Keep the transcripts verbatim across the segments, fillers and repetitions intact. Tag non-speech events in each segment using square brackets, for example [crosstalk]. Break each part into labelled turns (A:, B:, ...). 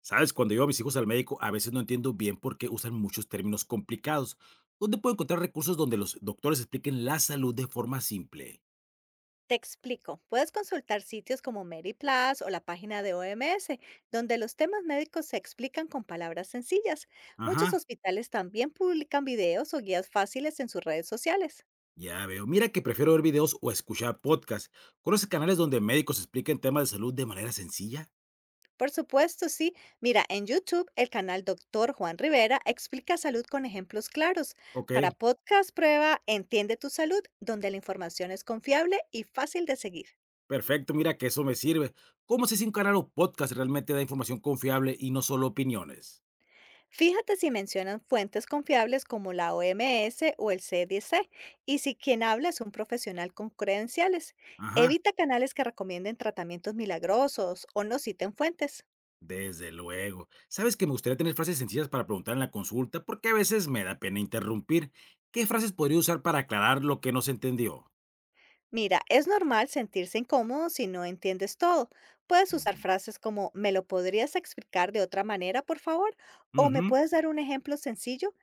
A: Sabes, cuando llevo a mis hijos al médico, a veces no entiendo bien por qué usan muchos términos complicados. ¿Dónde puedo encontrar recursos donde los doctores expliquen la salud de forma simple?
B: Te explico, puedes consultar sitios como MaryPlus o la página de O M S, donde los temas médicos se explican con palabras sencillas. Muchos
A: Ajá,
B: hospitales también publican videos o guías fáciles en sus redes sociales.
A: ya veo. Mira que prefiero ver videos o escuchar podcasts. ¿Conoces canales donde médicos expliquen temas de salud de manera sencilla?
B: Por supuesto, sí. Mira, en YouTube el canal Doctor Juan Rivera explica salud con ejemplos claros.
A: Ok,
B: Para podcast prueba Entiende tu salud, donde la información es confiable y fácil de seguir.
A: perfecto. Mira que eso me sirve. ¿Cómo sé si un canal o podcast realmente da información confiable y no solo opiniones?
B: Fíjate si mencionan fuentes confiables como la O M S o el C D C y si quien habla es un profesional con credenciales.
A: Ajá.
B: Evita canales que recomienden tratamientos milagrosos o no citen fuentes.
A: Desde luego. Sabes que me gustaría tener frases sencillas para preguntar en la consulta, porque a veces me da pena interrumpir. ¿Qué frases podría usar para aclarar lo que no se entendió?
B: Mira, es normal sentirse incómodo si no entiendes todo. Puedes usar
A: Ujú.
B: frases como ¿me lo podrías explicar de otra manera, por favor? ¿O me
A: Ujú.
B: puedes dar un ejemplo sencillo?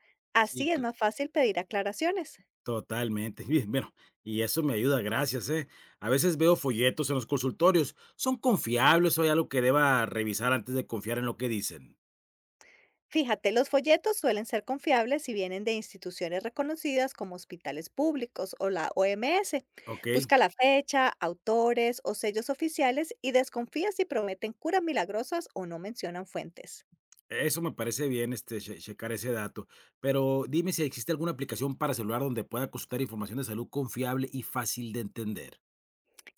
A: Sí,
B: Así es
A: cl-
B: más fácil pedir aclaraciones.
A: totalmente. [laughs] Bien, bueno, y eso me ayuda, gracias, ¿eh? A veces veo folletos en los consultorios. ¿Son confiables o hay algo que deba revisar antes de confiar en lo que dicen?
B: Fíjate, los folletos suelen ser confiables si vienen de instituciones reconocidas como hospitales públicos o la O M S.
A: Ok,
B: Busca la fecha, autores o sellos oficiales y desconfía si prometen curas milagrosas o no mencionan fuentes.
A: eso me parece bien, este, che- checar ese dato. Pero dime si existe alguna aplicación para celular donde pueda consultar información de salud confiable y fácil de entender.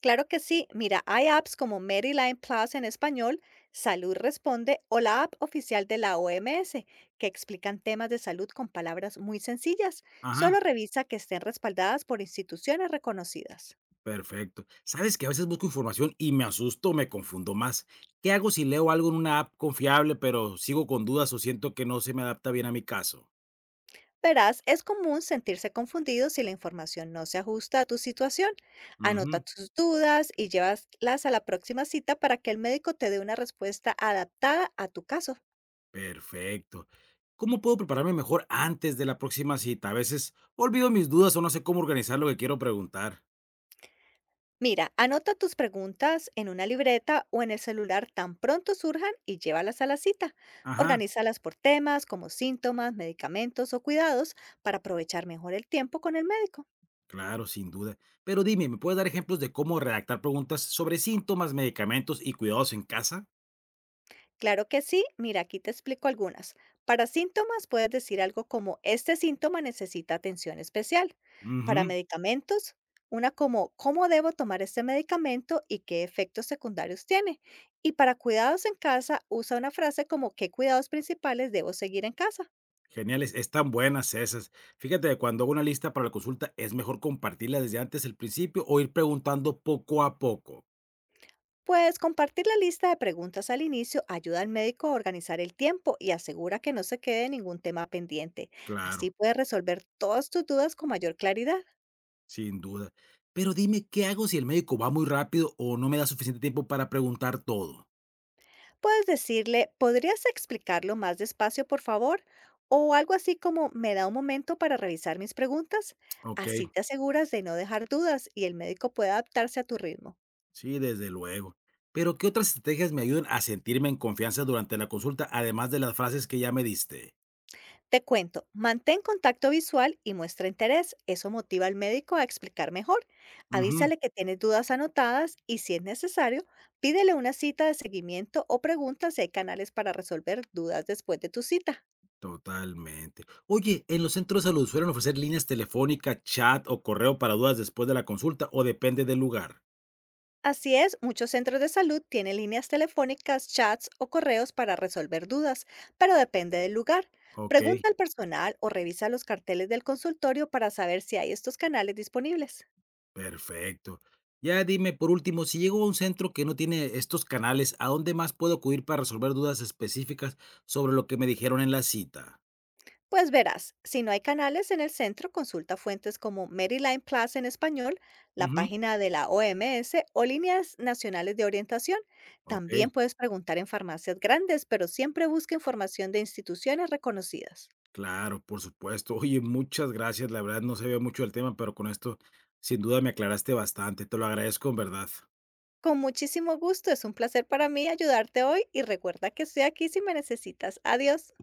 B: Claro que sí, mira, hay apps como Maryline Plus en español, Salud Responde o la app oficial de la O M S que explican temas de salud con palabras muy sencillas.
A: Ajá,
B: Solo revisa que estén respaldadas por instituciones reconocidas.
A: perfecto. Sabes que a veces busco información y me asusto me confundo más. ¿Qué hago si leo algo en una app confiable, pero sigo con dudas o siento que no se me adapta bien a mi caso?
B: Verás, es común sentirse confundido si la información no se ajusta a tu situación. Anota
A: Ujú,
B: tus dudas y llévalas a la próxima cita para que el médico te dé una respuesta adaptada a tu caso.
A: perfecto. ¿Cómo puedo prepararme mejor antes de la próxima cita? A veces olvido mis dudas o no sé cómo organizar lo que quiero preguntar.
B: Mira, anota tus preguntas en una libreta o en el celular tan pronto surjan y llévalas a la cita.
A: Ajá,
B: Organízalas por temas como síntomas, medicamentos o cuidados para aprovechar mejor el tiempo con el médico.
A: claro, sin duda. Pero dime, ¿me puedes dar ejemplos de cómo redactar preguntas sobre síntomas, medicamentos y cuidados en casa?
B: Claro que sí, mira, aquí te explico algunas. Para síntomas puedes decir algo como, este síntoma necesita atención especial. Para medicamentos, una como, ¿cómo debo tomar este medicamento y qué efectos secundarios tiene? Y para cuidados en casa, usa una frase como, ¿qué cuidados principales debo seguir en casa?
A: Geniales, están buenas esas. Fíjate, cuando hago una lista para la consulta, ¿es mejor compartirla desde antes del principio o ir preguntando poco a poco?
B: Puedes compartir la lista de preguntas al inicio, ayuda al médico a organizar el tiempo y asegura que no se quede ningún tema pendiente.
A: Claro,
B: Así puedes resolver todas tus dudas con mayor claridad.
A: sin duda. Pero dime, ¿qué hago si el médico va muy rápido o no me da suficiente tiempo para preguntar todo?
B: Puedes decirle, ¿podrías explicarlo más despacio, por favor? O algo así como, ¿me da un momento para revisar mis preguntas?
A: Ok,
B: Así te aseguras de no dejar dudas y el médico puede adaptarse a tu ritmo.
A: sí, desde luego. Pero ¿qué otras estrategias me ayudan a sentirme en confianza durante la consulta, además de las frases que ya me diste?
B: Te cuento, mantén contacto visual y muestra interés. Eso motiva al médico a explicar mejor.
A: Ujú.
B: Avísale que tienes dudas anotadas y si es necesario, pídele una cita de seguimiento o pregunta si hay canales para resolver dudas después de tu cita.
A: Totalmente. Oye, ¿en los centros de salud suelen ofrecer líneas telefónica, chat o correo para dudas después de la consulta o depende del lugar?
B: Así es, muchos centros de salud tienen líneas telefónicas, chats o correos para resolver dudas, pero depende del lugar.
A: Ok,
B: Pregunta al personal o revisa los carteles del consultorio para saber si hay estos canales disponibles.
A: perfecto. Ya dime, por último, si llego a un centro que no tiene estos canales, ¿a dónde más puedo acudir para resolver dudas específicas sobre lo que me dijeron en la cita?
B: Pues verás, si no hay canales en el centro, consulta fuentes como Maryland Plus en español, la
A: Ujú,
B: página de la O M S o líneas nacionales de orientación.
A: ok,
B: También puedes preguntar en farmacias grandes, pero siempre busca información de instituciones reconocidas.
A: claro, por supuesto. [laughs] Oye, muchas gracias. La verdad no sabía mucho del tema, pero con esto sin duda me aclaraste bastante. Te lo agradezco en verdad.
B: Con muchísimo gusto, es un placer para mí ayudarte hoy y recuerda que estoy aquí si me necesitas. Adiós.